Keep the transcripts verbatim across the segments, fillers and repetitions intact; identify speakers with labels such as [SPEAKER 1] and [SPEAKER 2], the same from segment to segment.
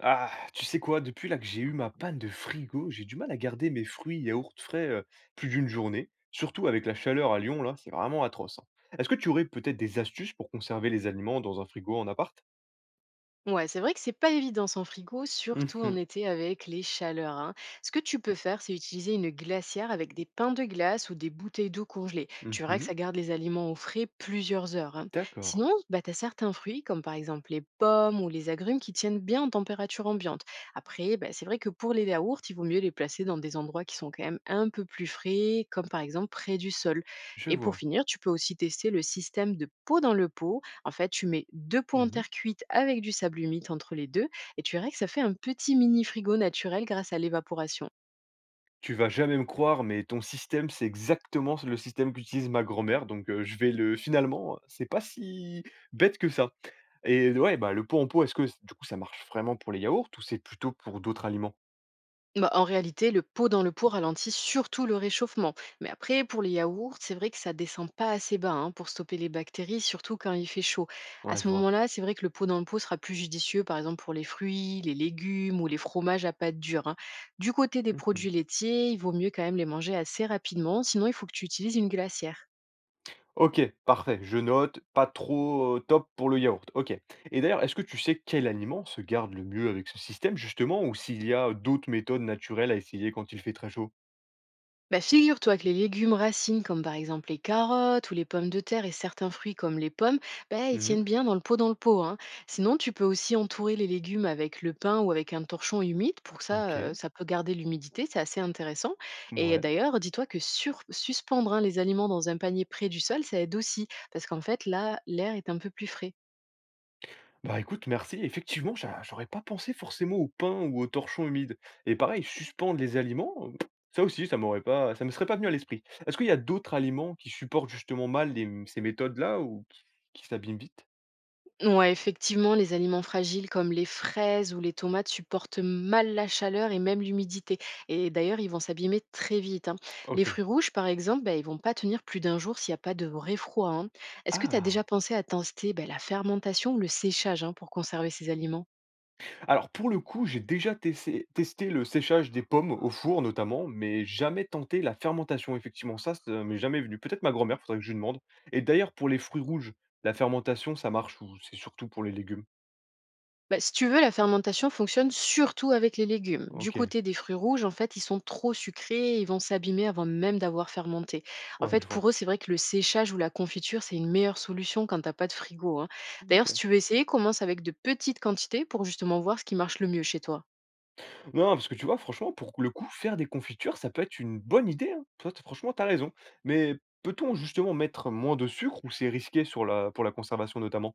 [SPEAKER 1] Ah, tu sais quoi? Depuis là que j'ai eu ma panne de frigo, j'ai du mal à garder mes fruits et yaourts frais euh, plus d'une journée. Surtout avec la chaleur à Lyon, là, c'est vraiment atroce, hein. Est-ce que tu aurais peut-être des astuces pour conserver les aliments dans un frigo en appart?
[SPEAKER 2] Ouais, c'est vrai que c'est pas évident sans frigo, surtout en
[SPEAKER 1] Mhm,
[SPEAKER 2] été avec les chaleurs, hein. Ce que tu peux faire, c'est utiliser une glacière avec des pains de glace ou des bouteilles d'eau congelées. Tu verras que
[SPEAKER 1] mhm,
[SPEAKER 2] ça garde les aliments au frais plusieurs heures, hein.
[SPEAKER 1] d'accord,
[SPEAKER 2] Sinon, bah, tu as certains fruits, comme par exemple les pommes ou les agrumes, qui tiennent bien en température ambiante. Après, bah, c'est vrai que pour les yaourts, il vaut mieux les placer dans des endroits qui sont quand même un peu plus frais, comme par exemple près du sol.
[SPEAKER 1] je
[SPEAKER 2] Et pour
[SPEAKER 1] vois.
[SPEAKER 2] finir, tu peux aussi tester le système de pot dans le pot. En fait, tu mets deux pois en
[SPEAKER 1] Mhm.
[SPEAKER 2] terre cuite avec du sable humide entre les deux, et tu verras que ça fait un petit mini frigo naturel grâce à l'évaporation.
[SPEAKER 1] Tu vas jamais me croire, mais ton système, c'est exactement le système qu'utilise ma grand-mère, donc euh, je vais le... Finalement, c'est pas si bête que ça. Et ouais, bah, le pot en pot, est-ce que du coup ça marche vraiment pour les yaourts ou c'est plutôt pour d'autres aliments?
[SPEAKER 2] Bah, en réalité, le pot dans le pot ralentit surtout le réchauffement. Mais après, pour les yaourts, c'est vrai que ça descend pas assez bas, hein, pour stopper les bactéries, surtout quand il fait chaud. À
[SPEAKER 1] Ouais,
[SPEAKER 2] ce
[SPEAKER 1] je vois.
[SPEAKER 2] moment-là, c'est vrai que le pot dans le pot sera plus judicieux, par exemple pour les fruits, les légumes ou les fromages à pâte dure, hein. Du côté des
[SPEAKER 1] Mmh,
[SPEAKER 2] produits laitiers, il vaut mieux quand même les manger assez rapidement, sinon il faut que tu utilises une glacière.
[SPEAKER 1] OK, parfait, je note, pas trop, heu, top pour le yaourt. OK, et d'ailleurs, est-ce que tu sais quel aliment se garde le mieux avec ce système justement ou s'il y a d'autres méthodes naturelles à essayer quand il fait très chaud?
[SPEAKER 2] Bah, figure-toi que les légumes racines, comme par exemple les carottes ou les pommes de terre et certains fruits comme les pommes, bah, ils
[SPEAKER 1] Mmh,
[SPEAKER 2] tiennent bien dans le pot dans le pot, hein. Sinon, tu peux aussi entourer les légumes avec le pain ou avec un torchon humide. Pour que ça, euh,
[SPEAKER 1] OK,
[SPEAKER 2] ça peut garder l'humidité. C'est assez intéressant. Et
[SPEAKER 1] ouais.
[SPEAKER 2] d'ailleurs, dis-toi que sur- suspendre, hein, les aliments dans un panier près du sol, ça aide aussi. Parce qu'en fait, là, l'air est un peu plus frais.
[SPEAKER 1] Bah, écoute, merci. Effectivement, j'a j'aurais pas pensé forcément au pain ou au torchon humide. Et pareil, suspendre les aliments, heu, ça aussi, ça m'aurait pas ça me serait pas venu à l'esprit. Est-ce qu'il y a d'autres aliments qui supportent justement mal les, mmh, ces méthodes-là ou qui qui s'abîment vite?
[SPEAKER 2] Ouais, effectivement, les aliments fragiles comme les fraises ou les tomates supportent mal la chaleur et même l'humidité. Et d'ailleurs, ils vont s'abîmer très vite, hein. Les
[SPEAKER 1] OK.
[SPEAKER 2] fruits rouges, par exemple, bah, ils vont pas tenir plus d'un jour s'il n'y a pas de vrai froid, hein. Est-ce que tu as déjà
[SPEAKER 1] Ah!
[SPEAKER 2] pensé à tester, bah, la fermentation ou le séchage, hein, pour conserver ces aliments?
[SPEAKER 1] Alors pour le coup, j'ai déjà tessé testé le séchage des pommes au four notamment, mais jamais tenté la fermentation. Effectivement, ça, ça m'est jamais venu. Peut-être ma grand-mère, faudrait que je lui demande. Et d'ailleurs, pour les fruits rouges, la fermentation, ça marche ou c'est surtout pour les légumes?
[SPEAKER 2] Bah, si tu veux, la fermentation fonctionne surtout avec les légumes. Du
[SPEAKER 1] OK,
[SPEAKER 2] côté des fruits rouges, en fait, ils sont trop sucrés, ils vont s'abîmer avant même d'avoir fermenté. En
[SPEAKER 1] ouais, je
[SPEAKER 2] fait,
[SPEAKER 1] vois.
[SPEAKER 2] pour eux, c'est vrai que le séchage ou la confiture, c'est une meilleure solution quand t'as pas de frigo, hein. D'ailleurs, si
[SPEAKER 1] OK.
[SPEAKER 2] tu veux essayer, commence avec de petites quantités pour justement voir ce qui marche le mieux chez toi.
[SPEAKER 1] Non, parce que tu vois, franchement, pour le coup, faire des confitures, ça peut être une bonne idée, hein. Toi, tu, franchement, t'as raison. Mais peut-on justement mettre moins de sucre ou c'est risqué sur la pour la conservation notamment?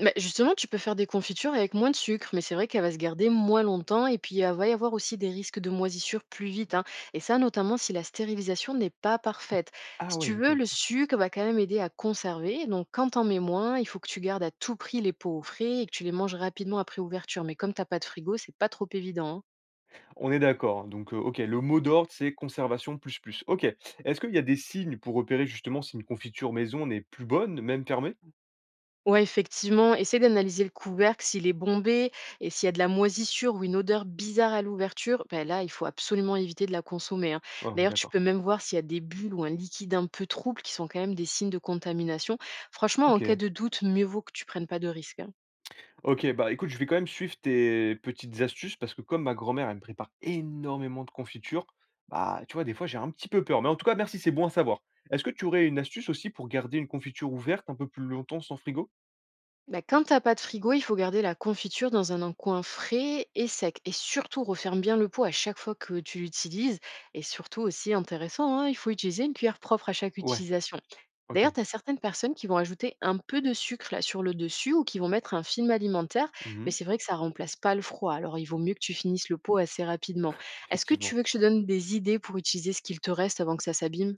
[SPEAKER 2] Mais justement, tu peux faire des confitures avec moins de sucre, mais c'est vrai qu'elle va se garder moins longtemps et puis il va y avoir aussi des risques de moisissure plus vite, hein. Et ça, notamment si la stérilisation n'est pas parfaite.
[SPEAKER 1] Ah
[SPEAKER 2] Si tu
[SPEAKER 1] ouais, OK,
[SPEAKER 2] veux,
[SPEAKER 1] je
[SPEAKER 2] le
[SPEAKER 1] vois.
[SPEAKER 2] sucre va quand même aider à conserver. Donc, quand t'en mets moins, il faut que tu gardes à tout prix les pots au frais et que tu les manges rapidement après ouverture. Mais comme t'as pas de frigo, c'est pas trop évident, hein.
[SPEAKER 1] On est d'accord, hein, donc heu, OK, le mot d'ordre, c'est conservation plus plus. OK. Est-ce qu'il y a des signes pour repérer justement si une confiture maison n'est plus bonne, même fermée?
[SPEAKER 2] Ouais, effectivement, essaie d'analyser le couvercle, s'il est bombé et s'il y a de la moisissure ou une odeur bizarre à l'ouverture, ben là, il faut absolument éviter de la consommer, hein.
[SPEAKER 1] Ouais, on est
[SPEAKER 2] D'ailleurs, tu peux
[SPEAKER 1] d'accord.
[SPEAKER 2] même voir s'il y a des bulles ou un liquide un peu trouble qui sont quand même des signes de contamination. Franchement, en cas
[SPEAKER 1] OK.
[SPEAKER 2] de doute, mieux vaut que tu prennes pas de risque, hein.
[SPEAKER 1] OK, bah, écoute, je vais quand même suivre tes petites astuces parce que comme ma grand-mère, elle me prépare énormément de confitures, bah, tu vois, des fois, j'ai un petit peu peur. Mais en tout cas, merci, c'est bon à savoir. Est-ce que tu aurais une astuce aussi pour garder une confiture ouverte un peu plus longtemps sans frigo?
[SPEAKER 2] Bah, quand t'as pas de frigo, il faut garder la confiture dans un en- coin frais et sec. Et surtout, referme bien le pot à chaque fois que tu l'utilises. Et surtout aussi intéressant, hein, il faut utiliser une cuillère propre à chaque
[SPEAKER 1] Ouais,
[SPEAKER 2] utilisation.
[SPEAKER 1] OK.
[SPEAKER 2] D'ailleurs, tu as certaines personnes qui vont ajouter un peu de sucre là, sur le dessus ou qui vont mettre un film alimentaire, mais
[SPEAKER 1] Mmh.
[SPEAKER 2] c'est vrai que ça remplace pas le froid. Alors, il vaut mieux que tu finisses le pot assez rapidement. Est-ce que
[SPEAKER 1] Effectivement.
[SPEAKER 2] tu veux que je te donne des idées pour utiliser ce qu'il te reste avant que ça s'abîme?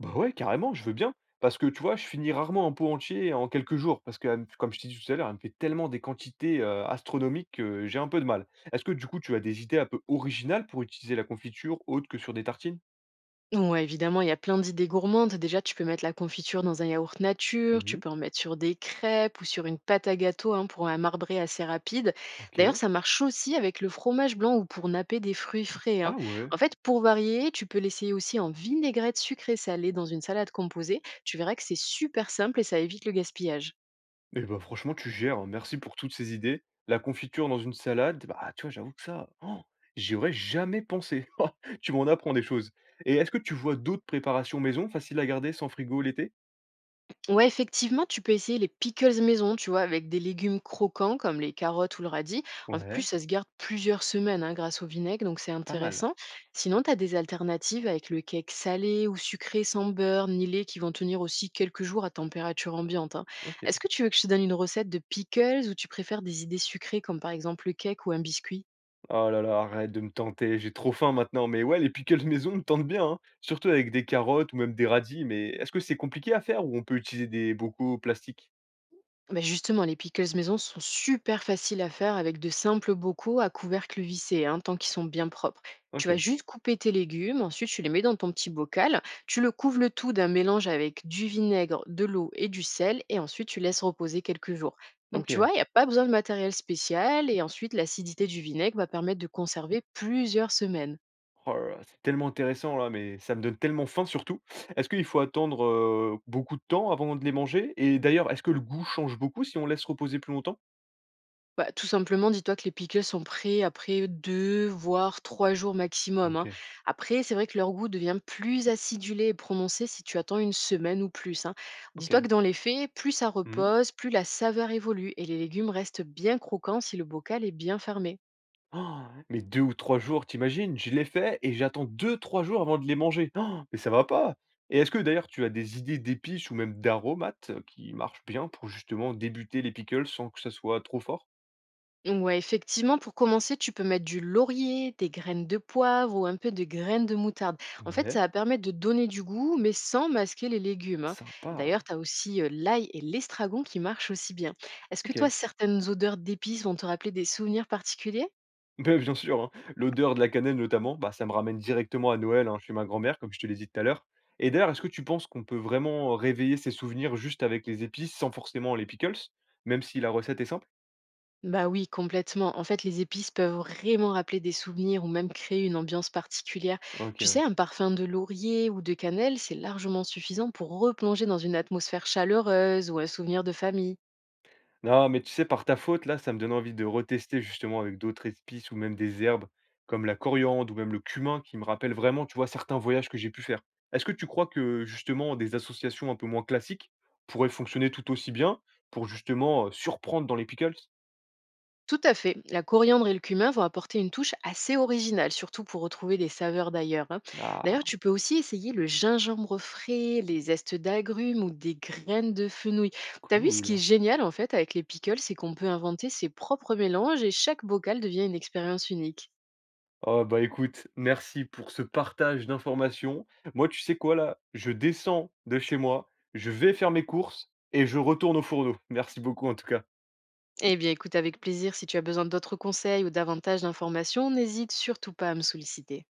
[SPEAKER 1] Bah ouais, carrément, je veux bien. Parce que tu vois, je finis rarement un pot entier en quelques jours. Parce que, elle- comme je t'ai dit tout à l'heure, elle me fait tellement des quantités euh, astronomiques que j'ai un peu de mal. Est-ce que du coup, tu as des idées un peu originales pour utiliser la confiture autre que sur des tartines?
[SPEAKER 2] Ouais, évidemment, il y a plein d'idées gourmandes. Déjà, tu peux mettre la confiture dans un yaourt nature, tu
[SPEAKER 1] Mhm,
[SPEAKER 2] peux en mettre sur des crêpes ou sur une pâte à gâteau, hein, pour un marbré assez rapide.
[SPEAKER 1] ok.
[SPEAKER 2] D'ailleurs, ça marche aussi avec le fromage blanc ou pour napper des fruits frais, hein.
[SPEAKER 1] Ah ouais.
[SPEAKER 2] En fait, pour varier, tu peux l'essayer aussi en vinaigrette sucrée salée dans une salade composée. Tu verras que c'est super simple et ça évite le gaspillage.
[SPEAKER 1] Et bah franchement, tu gères, hein. Merci pour toutes ces idées. La confiture dans une salade, bah tu vois, j'avoue que ça, oh, j'y aurais jamais pensé. Tu m'en apprends des choses. Et est-ce que tu vois d'autres préparations maison faciles à garder sans frigo l'été?
[SPEAKER 2] Ouais, effectivement, tu peux essayer les pickles maison, tu vois, avec des légumes croquants comme les carottes ou le radis. En plus,
[SPEAKER 1] Ouais,
[SPEAKER 2] ça se garde plusieurs semaines, hein, grâce au vinaigre, donc c'est
[SPEAKER 1] pas mal.
[SPEAKER 2] intéressant. Sinon, tu as des alternatives avec le cake salé ou sucré sans beurre ni lait qui vont tenir aussi quelques jours à température ambiante, hein.
[SPEAKER 1] Ok.
[SPEAKER 2] Est-ce que tu veux que je te donne une recette de pickles ou tu préfères des idées sucrées comme par exemple le cake ou un biscuit?
[SPEAKER 1] Oh là là, arrête de me tenter, j'ai trop faim maintenant. Mais ouais, les pickles maison me tentent bien, hein, surtout avec des carottes ou même des radis. Mais est-ce que c'est compliqué à faire ou on peut utiliser des bocaux plastiques?
[SPEAKER 2] Bah, justement, les pickles maison sont super faciles à faire avec de simples bocaux à couvercle vissé, hein, tant qu'ils sont bien propres. Tu
[SPEAKER 1] Ok,
[SPEAKER 2] vas juste couper tes légumes, ensuite tu les mets dans ton petit bocal, tu le couvres le tout d'un mélange avec du vinaigre, de l'eau et du sel, et ensuite tu laisses reposer quelques jours. Donc
[SPEAKER 1] ok.
[SPEAKER 2] tu vois, il n'y a pas besoin de matériel spécial, et ensuite l'acidité du vinaigre va permettre de conserver plusieurs semaines.
[SPEAKER 1] Oh là là, c'est tellement intéressant là, mais ça me donne tellement faim surtout. Est-ce qu'il faut attendre euh, beaucoup de temps avant de les manger? Et d'ailleurs, est-ce que le goût change beaucoup si on laisse reposer plus longtemps?
[SPEAKER 2] Bah, tout simplement, dis-toi que les pickles sont prêts après deux voire trois jours maximum, hein.
[SPEAKER 1] Ok,
[SPEAKER 2] Après, c'est vrai que leur goût devient plus acidulé et prononcé si tu attends une semaine ou plus, hein. Dis-toi
[SPEAKER 1] ok.
[SPEAKER 2] que dans les faits, plus ça
[SPEAKER 1] Mhm.
[SPEAKER 2] repose, plus la saveur évolue et les légumes restent bien croquants si le bocal est bien fermé.
[SPEAKER 1] Oh, mais deux ou trois jours, t'imagines imagines? Je les fais et j'attends deux trois jours avant de les manger. Oh, mais ça va pas! Et est-ce que d'ailleurs tu as des idées d'épices ou même d'aromates euh, qui marchent bien pour justement débuter les pickles sans que ça soit trop fort?
[SPEAKER 2] Ouais, effectivement, pour commencer, tu peux mettre du laurier, des graines de poivre ou un peu de graines de moutarde. En fait, ça
[SPEAKER 1] Ouais,
[SPEAKER 2] va permettre de donner du goût, mais sans masquer les légumes, hein. Et
[SPEAKER 1] sympa.
[SPEAKER 2] d'ailleurs, tu as aussi euh, l'ail et l'estragon qui marchent aussi bien. Est-ce que toi,
[SPEAKER 1] OK.
[SPEAKER 2] certaines odeurs d'épices vont te rappeler des souvenirs particuliers?
[SPEAKER 1] Ben bien sûr, hein. L'odeur de la cannelle notamment, bah, ça me ramène directement à Noël, hein, chez ma grand-mère, comme je te l'ai dit tout à l'heure. Et d'ailleurs, est-ce que tu penses qu'on peut vraiment réveiller ses souvenirs juste avec les épices, sans forcément les pickles, même si la recette est simple?
[SPEAKER 2] Bah oui, complètement. En fait, les épices peuvent vraiment rappeler des souvenirs ou même créer une ambiance particulière.
[SPEAKER 1] OK,
[SPEAKER 2] Tu
[SPEAKER 1] ouais.
[SPEAKER 2] sais, un parfum de laurier ou de cannelle, c'est largement suffisant pour replonger dans une atmosphère chaleureuse ou un souvenir de famille.
[SPEAKER 1] Non, mais tu sais, par ta faute, là, ça me donne envie de retester justement avec d'autres épices ou même des herbes comme la coriandre ou même le cumin qui me rappellent vraiment, tu vois, certains voyages que j'ai pu faire. Est-ce que tu crois que justement des associations un peu moins classiques pourraient fonctionner tout aussi bien pour justement euh, surprendre dans les pickles?
[SPEAKER 2] Tout à fait. La coriandre et le cumin vont apporter une touche assez originale, surtout pour retrouver les saveurs d'ailleurs, hein. D'ailleurs,
[SPEAKER 1] Ah,
[SPEAKER 2] tu peux aussi essayer le gingembre frais, les zestes d'agrumes ou des graines de fenouil. T'as vu ce qui est
[SPEAKER 1] cool.
[SPEAKER 2] génial en fait avec les pickles, c'est qu'on peut inventer ses propres mélanges et chaque bocal devient une expérience unique.
[SPEAKER 1] Oh, bah écoute, merci pour ce partage d'informations. Moi, tu sais quoi là? Je descends de chez moi, je vais faire mes courses et je retourne au fourneau. Merci beaucoup en tout cas.
[SPEAKER 2] Eh bien, écoute avec plaisir, si tu as besoin d'autres conseils ou davantage d'informations, n'hésite surtout pas à me solliciter.